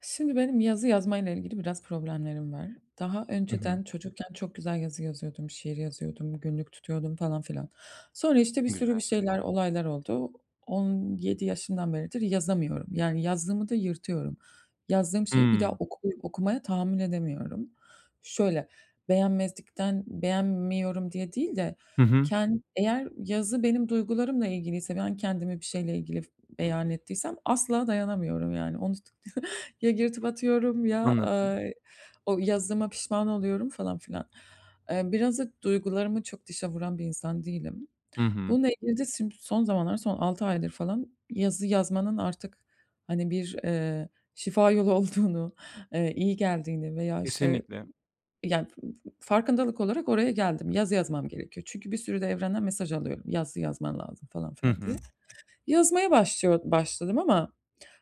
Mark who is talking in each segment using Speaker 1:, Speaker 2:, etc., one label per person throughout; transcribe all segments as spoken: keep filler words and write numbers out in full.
Speaker 1: Şimdi benim yazı yazmayla ilgili biraz problemlerim var. Daha
Speaker 2: Hı hı.
Speaker 1: önceden çocukken çok güzel yazı yazıyordum, şiir yazıyordum, günlük tutuyordum falan filan. Sonra işte bir
Speaker 2: Ne
Speaker 1: sürü bir
Speaker 2: güzel.
Speaker 1: şeyler, olaylar oldu. on yedi yaşımdan beridir yazamıyorum. Yani yazdığımı da yırtıyorum. Yazdığım şeyi bir daha
Speaker 2: Hımm.
Speaker 1: okuyup okumaya tahammül edemiyorum. Şöyle, beğenmezlikten beğenmiyorum diye değil de
Speaker 2: Hı hı.
Speaker 1: kend, eğer yazı benim duygularımla ilgiliyse, ben kendimi bir şeyle ilgili beyan ettiysem asla dayanamıyorum yani. Onu ya yırtıp atıyorum ya,
Speaker 2: Anladım.
Speaker 1: eee, o yazdığıma pişman oluyorum falan filan. Eee, biraz da duygularımı çok dışa vuran bir insan değilim.
Speaker 2: Hı hı.
Speaker 1: Bununla ilgili de şimdi son zamanlar, son altı aydır falan yazı yazmanın artık, hani, bir, eee, şifa yolu olduğunu, eee, iyi geldiğini veya, işte,
Speaker 2: Kesinlikle.
Speaker 1: yani, farkındalık olarak oraya geldim. Yazı yazmam gerekiyor. Çünkü bir sürü de evrenden mesaj alıyorum. Yazı yazman lazım falan
Speaker 2: Hı
Speaker 1: filan diye.
Speaker 2: hı.
Speaker 1: Yazmaya başlıyor başladım ama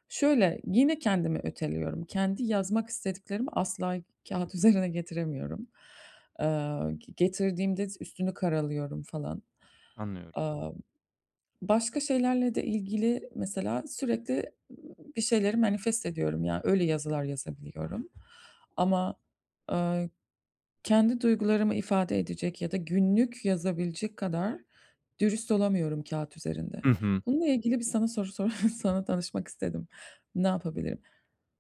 Speaker 1: şöyle, yine kendimi öteliyorum. Kendi yazmak istediklerimi asla kâğıt üzerine getiremiyorum. Eee, g getirdiğimde üstünü karalıyorum falan.
Speaker 2: Anlıyorum.
Speaker 1: Aaa, Başka şeylerle de ilgili mesela sürekli bir şeyleri manifest ediyorum. Yani, öyle yazılar yazabiliyorum ama, eee, kendi duygularımı ifade edecek ya da günlük yazabilecek kadar dürüst olamıyorum kâğıt üzerinde.
Speaker 2: Hı hı.
Speaker 1: Bununla ilgili bir sana soru sor sana danışmak istedim. Ne yapabilirim?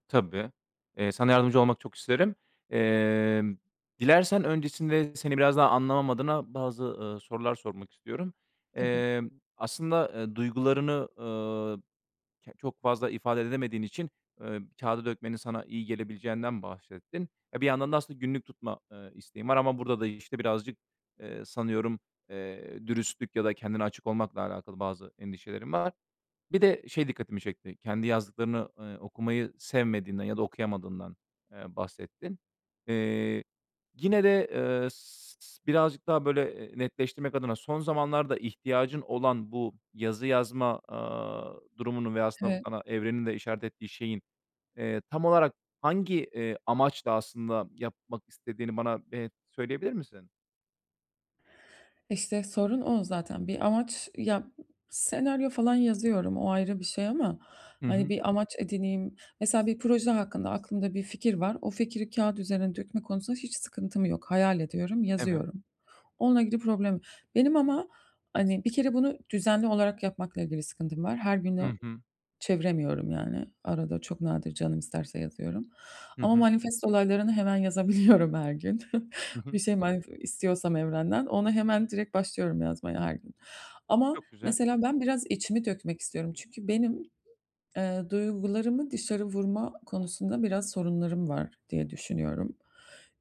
Speaker 2: Tabii. Eee, sana yardımcı olmak çok isterim. Emm, dilersen öncesinde seni biraz daha anlamam adına bazı, ııı, sorular sormak istiyorum.
Speaker 1: Tabii.
Speaker 2: Emm, aslında, eee, duygularını, ııı Ke çok fazla ifade edemediğin için, eee, kâğıda dökmenin sana iyi gelebileceğinden bahsettin. E, bir yandan da aslında günlük tutma, eee, isteğin var ama burada da, işte, birazcık, eee, sanıyorum, eee, dürüstlük ya da kendine açık olmakla alakalı bazı endişelerim var. Bir de şey dikkatimi çekti, kendi yazdıklarını, eee, okumayı sevmediğinden ya da okuyamadığından, eee, bahsettin. Yine de, eee, s birazcık daha, böyle, eee, netleştirmek adına son zamanlarda ihtiyacın olan bu yazı yazma, aaa, durumunun ve aslında
Speaker 1: Evet,
Speaker 2: sana evrenin de işaret ettiği şeyin, eee, tam olarak hangi, eee, amaçla aslında yapmak istediğini bana, eee, söyleyebilir misin?
Speaker 1: işte, sorun o zaten. Bir amaç ya, senaryo falan yazıyorum, o ayrı bir şey ama,
Speaker 2: Hı
Speaker 1: hani,
Speaker 2: hı.
Speaker 1: bir amaç edineyim. Mesela bir proje hakkında aklımda bir fikir var. O fikri kağıt üzerine dökme konusunda hiç sıkıntım yok. Hayal ediyorum,
Speaker 2: Evet.
Speaker 1: yazıyorum. Onunla ilgili problem benim ama, hani, bir kere bunu düzenli olarak yapmakla ilgili sıkıntım var. Her gün
Speaker 2: Hı hı.
Speaker 1: çeviremiyorum yani. Arada çok nadir canım isterse yazıyorum.
Speaker 2: Hı
Speaker 1: Ama
Speaker 2: hı.
Speaker 1: manifest olaylarını hemen yazabiliyorum her gün.
Speaker 2: Hı
Speaker 1: Bir
Speaker 2: hı.
Speaker 1: şey manif istiyorsam evrenden ona hemen direkt başlıyorum yazmaya her gün. Ama
Speaker 2: Çok güzel.
Speaker 1: mesela ben biraz içimi dökmek istiyorum. Çünkü benim Eee, duygularımı dışarı vurma konusunda biraz sorunlarım var diye düşünüyorum.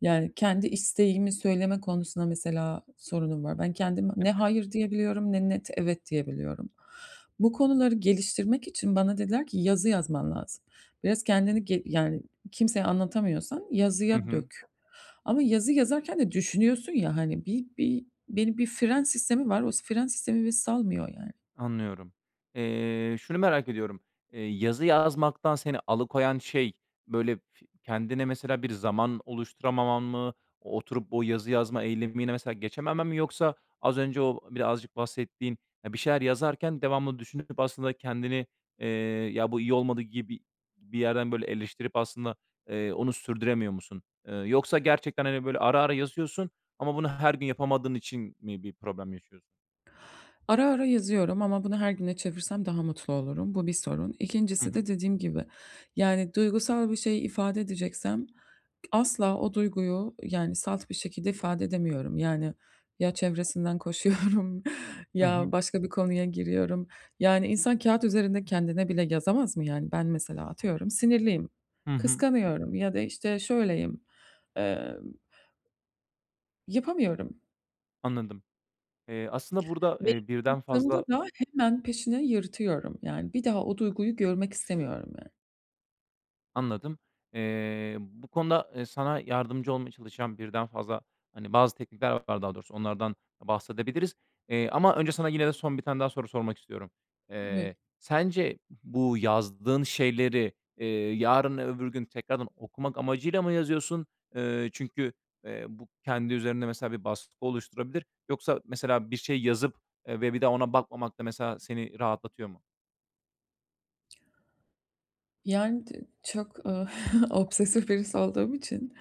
Speaker 1: Yani, kendi isteğimi söyleme konusunda mesela sorunum var. Ben kendime ne
Speaker 2: Evet.
Speaker 1: hayır diyebiliyorum ne net evet diyebiliyorum. Bu konuları geliştirmek için bana dediler ki yazı yazman lazım. Biraz kendini ge yani, kimseye anlatamıyorsan
Speaker 2: Hı
Speaker 1: yazıya
Speaker 2: hı.
Speaker 1: dök. Ama yazı yazarken de düşünüyorsun ya, hani, bir bir benim bir fren sistemi var. O fren sistemi beni salmıyor yani.
Speaker 2: Anlıyorum. Eee, şunu merak ediyorum. Eee, yazı yazmaktan seni alıkoyan şey, böyle, fi kendine mesela bir zaman oluşturamaman mı? O- Oturup o yazı yazma eylemine mesela geçememen mi yoksa az önce o birazcık bahsettiğin, ya, bir şeyler yazarken devamlı düşünüp aslında kendini, eee, "Ya, bu iyi olmadı." gibi bir yerden, böyle, eleştirip aslında, eee, onu sürdüremiyor musun? Eee, yoksa gerçekten, hani, böyle, ara ara yazıyorsun ama bunu her gün yapamadığın için mi bir problem yaşıyorsun?
Speaker 1: Ara ara yazıyorum ama bunu her güne çevirsem daha mutlu olurum. Bu bir sorun.
Speaker 2: Hı
Speaker 1: ikincisi de
Speaker 2: hı.
Speaker 1: dediğim gibi, yani, duygusal bir şey ifade edeceksem asla o duyguyu, yani, salt bir şekilde ifade edemiyorum. Yani, ya çevresinden koşuyorum
Speaker 2: Hı
Speaker 1: ya
Speaker 2: hı.
Speaker 1: başka bir konuya giriyorum. Yani, insan kağıt üzerinde kendine bile yazamaz mı? Yani, ben mesela atıyorum sinirliyim,
Speaker 2: Hı hı.
Speaker 1: kıskanıyorum ya da, işte, şöyleyim, eee, yapamıyorum
Speaker 2: Anladım. Eee, aslında burada,
Speaker 1: ve
Speaker 2: eee, birden
Speaker 1: yaptığımda
Speaker 2: fazla.
Speaker 1: da hemen peşine yırtıyorum. Yani, bir daha o duyguyu görmek istemiyorum yani.
Speaker 2: Anladım. Eee, bu konuda, eee, sana yardımcı olmaya çalışan birden fazla, hani, bazı teknikler var daha doğrusu, onlardan bahsedebiliriz. Eee, ama önce sana yine de son bir tane daha soru sormak istiyorum.
Speaker 1: Tabii.
Speaker 2: Eee, sence bu yazdığın şeyleri, eee, yarın öbür gün tekrardan okumak amacıyla mı yazıyorsun? Eee, çünkü, eee, bu kendi üzerinde mesela bir baskı oluşturabilir. Yoksa mesela bir şey yazıp, eee, ve bir daha ona bakmamak da mesela seni rahatlatıyor mu?
Speaker 1: Yani, d Çok, ııı, obsesif birisi olduğum için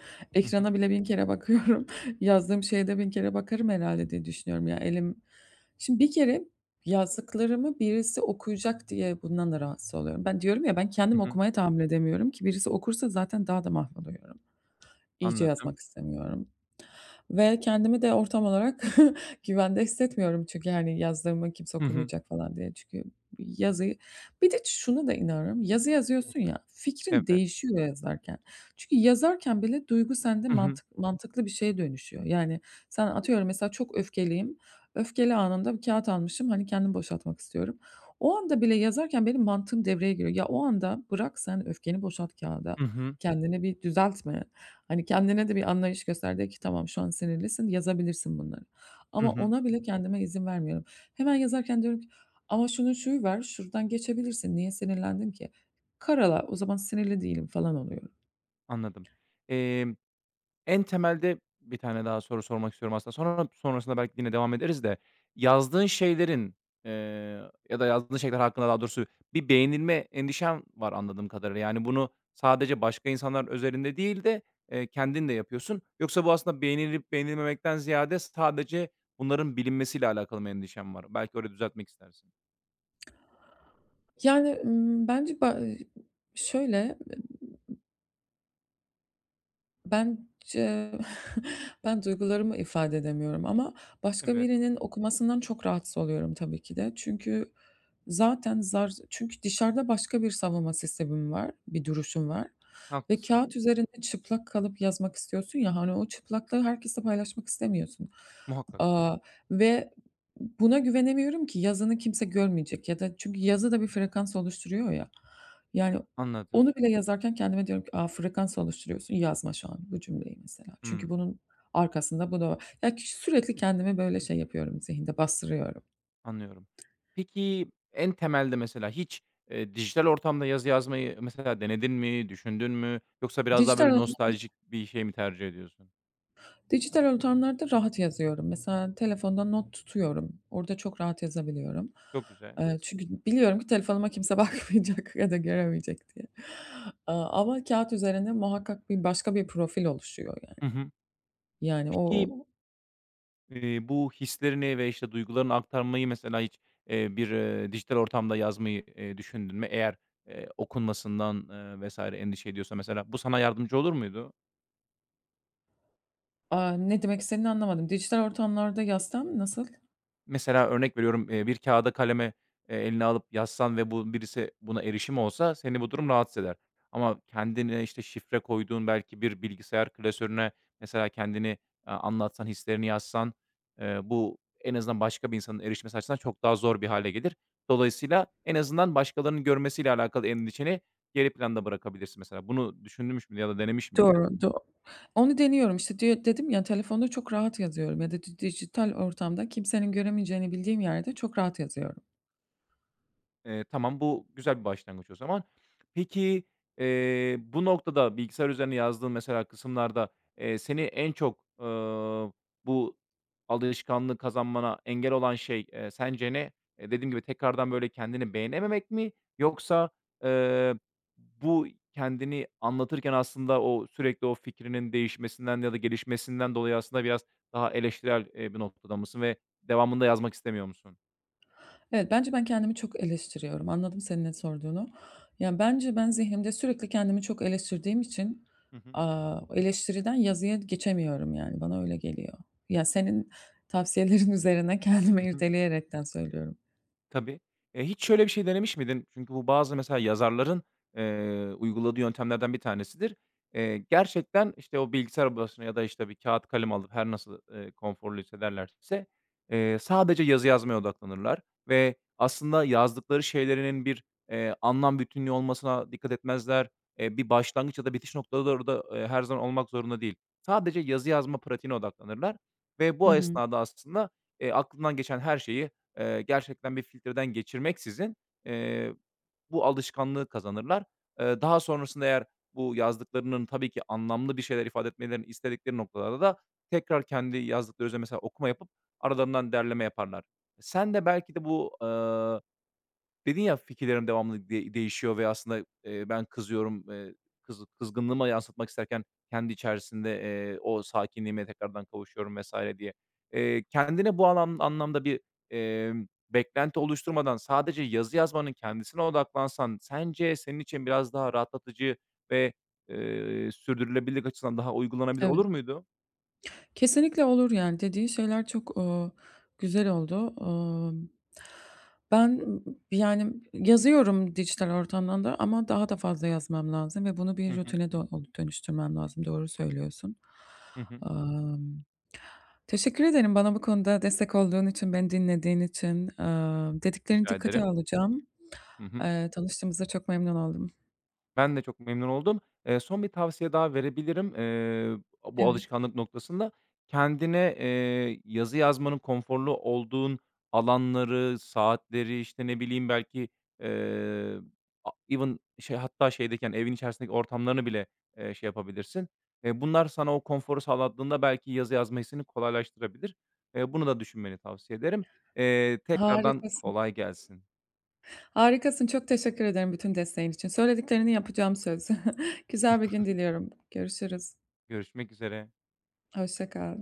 Speaker 2: Hı hı.
Speaker 1: ekrana bile bin kere bakıyorum. Yazdığım şeye de bin kere bakarım herhalde diye düşünüyorum. Ya, elim şimdi bir kere yazdıklarımı birisi okuyacak diye bundan da rahatsız oluyorum. Ben diyorum ya, ben
Speaker 2: Hı
Speaker 1: kendim
Speaker 2: hı.
Speaker 1: okumaya tahammül edemiyorum ki birisi okursa zaten daha da mahvoluyorum. İyice yazmak
Speaker 2: Anladım.
Speaker 1: istemiyorum ve kendimi de ortam olarak güvende hissetmiyorum. Çünkü, hani, yazdıklarımı kimse
Speaker 2: Hı hı.
Speaker 1: okumayacak falan diye. Çünkü yazıyı bir de şuna da inanıyorum, yazı yazıyorsun ya, fikrin
Speaker 2: Evet.
Speaker 1: değişiyor yazarken. Çünkü yazarken bile duygu sende
Speaker 2: Hı hı.
Speaker 1: mantık mantıklı bir şeye dönüşüyor. Yani, sen atıyorum mesela çok öfkeliyim. Öfkeli anında bir kağıt almışım, hani, kendimi boşaltmak istiyorum. O anda bile yazarken benim mantığım devreye giriyor. Ya, o anda bırak sen öfkeni boşalt kağıda
Speaker 2: Hı hı.
Speaker 1: kendine bir düzeltme. Hani, kendine de bir anlayış göster. De ki, "Tamam, şu an sinirlisin, yazabilirsin bunları."
Speaker 2: Hı
Speaker 1: Ama
Speaker 2: hı.
Speaker 1: ona bile kendime izin vermiyorum. Hemen yazarken diyorum ki, "Ama şunun şuyu var, şuradan geçebilirsin, niye sinirlendin ki?" Karala, o zaman sinirli değilim falan oluyorum.
Speaker 2: Anladım. Emm, en temelde bir tane daha soru sormak istiyorum aslında. Sonra sonrasında belki yine devam ederiz de yazdığın şeylerin, eee, ya da yazdığın şeyler hakkında daha doğrusu bir beğenilme endişen var anladığım kadarıyla. Yani, bunu sadece başka insanlar özelinde değil de, eee, kendin de yapıyorsun. Yoksa bu aslında beğenilip beğenilmemekten ziyade sadece bunların bilinmesiyle alakalı mı endişen var? Belki orayı düzeltmek istersin.
Speaker 1: Yani, ımm, bence ba şöyle, bence ben duygularımı ifade edemiyorum ama başka
Speaker 2: Evet,
Speaker 1: birinin okumasından çok rahatsız oluyorum tabii ki de. Çünkü zaten zar çünkü dışarıda başka bir savunma sistemim var, bir duruşum var ve
Speaker 2: haklısın.
Speaker 1: kâğıt üzerinde çıplak kalıp yazmak istiyorsun ya, hani, o çıplaklığı herkesle paylaşmak istemiyorsun.
Speaker 2: Muhakkak.
Speaker 1: Aaa, Ve buna güvenemiyorum ki yazını kimse görmeyecek ya da çünkü yazı da bir frekans oluşturuyor ya. Yani
Speaker 2: Anladım.
Speaker 1: onu bile yazarken kendime diyorum ki, "A, frekans oluşturuyorsun, yazma şu an bu cümleyi." mesela. Çünkü
Speaker 2: Hımm,
Speaker 1: bunun arkasında bu da var. Ya, k sürekli kendime böyle şey yapıyorum zihinde, bastırıyorum.
Speaker 2: anlıyorum. Peki, en temelde mesela hiç, eee, dijital ortamda yazı yazmayı mesela denedin mi, düşündün mü yoksa biraz daha
Speaker 1: Dijital
Speaker 2: böyle
Speaker 1: olan
Speaker 2: nostaljik bir şey mi tercih ediyorsun?
Speaker 1: dijital ortamlarda rahat yazıyorum. Mesela telefonda not tutuyorum. Orada çok rahat yazabiliyorum.
Speaker 2: Çok güzel.
Speaker 1: Eee, çünkü biliyorum ki telefonuma kimse bakmayacak ya da göremeyecek diye. Aaa, ama kâğıt üzerinde muhakkak bir başka bir profil oluşuyor yani.
Speaker 2: Hı hı.
Speaker 1: Yani o,
Speaker 2: Peki, eee, bu hislerini ve, işte, duygularını aktarmayı mesela hiç, eee, bir, eee, dijital ortamda yazmayı, eee, düşündün mü? Eğer, eee, okunmasından, eee, vesaire endişe ediyorsa mesela bu sana yardımcı olur muydu?
Speaker 1: aaa, ne demek istediğini anlamadım. Dijital ortamlarda yazsam nasıl?
Speaker 2: Mesela örnek veriyorum, eee, bir kağıda kaleme, eee, eline alıp yazsan ve bu birisi buna erişim olsa seni bu durum rahatsız eder. Ama kendine, işte, şifre koyduğun belki bir bilgisayar klasörüne mesela kendini, aaa, anlatsan, hislerini yazsan, eee, bu en azından başka bir insanın erişmesi açısından çok daha zor bir hale gelir. Dolayısıyla en azından başkalarının görmesiyle alakalı endişeni geri planda bırakabilirsin mesela. Bunu düşünmüş müydün ya da denemiş miydin?
Speaker 1: Doğru, do Onu deniyorum. İşte, diyo dedim ya, telefonda çok rahat yazıyorum ya da di dijital ortamda kimsenin göremeyeceğini bildiğim yerde çok rahat yazıyorum.
Speaker 2: Eee, tamam, bu güzel bir başlangıç o zaman. Peki, eee, bu noktada bilgisayar üzerine yazdığın mesela kısımlarda, eee, seni en çok, ııı, bu alışkanlığı kazanmana engel olan şey, eee, sence ne? Eee, dediğim gibi tekrardan böyle kendini beğenememek mi yoksa, eee, bu kendini anlatırken aslında o sürekli o fikrinin değişmesinden ya da gelişmesinden dolayı aslında biraz daha eleştirel, eee, bir noktada mısın ve devamını da yazmak istemiyor musun?
Speaker 1: Evet, bence ben kendimi çok eleştiriyorum. Anladım senin ne sorduğunu. Yani bence ben zihnimde sürekli kendimi çok eleştirdiğim için,
Speaker 2: Hı hı.
Speaker 1: aaa, eleştiriden yazıya geçemiyorum, yani, bana öyle geliyor. Ya, senin tavsiyelerin üzerine kendimi irdeleyerekten söylüyorum.
Speaker 2: Tabii. Eee, hiç şöyle bir şey denemiş miydin? Çünkü bu bazı mesela yazarların, eee, uyguladığı yöntemlerden bir tanesidir. Eee, gerçekten, işte, o bilgisayar başına ya da, işte, bir kâğıt kalem alıp her nasıl, eee, konforlu hissederlerse, eee, sadece yazı yazmaya odaklanırlar ve aslında yazdıkları şeylerinin bir, eee, anlam bütünlüğü olmasına dikkat etmezler. Eee, bir başlangıç ya da bitiş noktaları da, eee, her zaman olmak zorunda değil. Sadece yazı yazma pratiğine odaklanırlar ve
Speaker 1: Hı
Speaker 2: bu
Speaker 1: hı.
Speaker 2: esnada aslında, eee, aklından geçen her şeyi Eee, gerçekten bir filtreden geçirmeksizin, eee, bu alışkanlığı kazanırlar. Eee, daha sonrasında eğer bu yazdıklarının tabii ki anlamlı bir şeyler ifade etmelerini istedikleri noktalarda da tekrar kendi yazdıkları üzerine mesela okuma yapıp aralarından derleme yaparlar. Sen de belki de bu, eee Dedin ya, fikirlerim devamlı de değişiyor ve aslında, eee, ben kızıyorum, eee, kızı kızgınlığımı yansıtmak isterken kendi içerisinde, eee, o sakinliğime tekrardan kavuşuyorum vesaire diye. Eee, kendine bu alan anlamda bir, emm, beklenti oluşturmadan sadece yazı yazmanın kendisine odaklansan sence senin için biraz daha rahatlatıcı ve, eee, sürdürülebilirlik açısından daha uygulanabilir olur
Speaker 1: Evet.
Speaker 2: muydu?
Speaker 1: Kesinlikle olur yani dediği şeyler çok, ııı, güzel oldu. Imm, ben, Yani, yazıyorum dijital ortamdan da ama daha da fazla yazmam lazım ve bunu bir
Speaker 2: Hı hı.
Speaker 1: rutine do dönüştürmem lazım. Doğru söylüyorsun.
Speaker 2: Hı hı.
Speaker 1: Amm, Teşekkür ederim bana bu konuda destek olduğun için, beni dinlediğin için. Aaa, dediklerini
Speaker 2: Rica
Speaker 1: dikkate
Speaker 2: ederim.
Speaker 1: alacağım.
Speaker 2: Hı hı.
Speaker 1: Eee, tanıştığımıza çok memnun oldum.
Speaker 2: Ben de çok memnun oldum. Eee, son bir tavsiye daha verebilirim, eee, bu
Speaker 1: Evet,
Speaker 2: alışkanlık noktasında. Kendine, eee, yazı yazmanın konforlu olduğun alanları, saatleri, işte, ne bileyim, belki, eee, a even şey, hatta şeydeki, yani, evin içerisindeki ortamlarını bile, eee, şey yapabilirsin. Eee, bunlar sana o konforu sağladığında belki yazı yazma hissini kolaylaştırabilir. Eee, bunu da düşünmeni tavsiye ederim. Eee, tekrardan
Speaker 1: harikasın.
Speaker 2: kolay gelsin.
Speaker 1: Harikasın, çok teşekkür ederim bütün desteğin için. Söylediklerini yapacağım söz. Güzel bir gün diliyorum. Görüşürüz.
Speaker 2: Görüşmek üzere.
Speaker 1: Hoşça kal.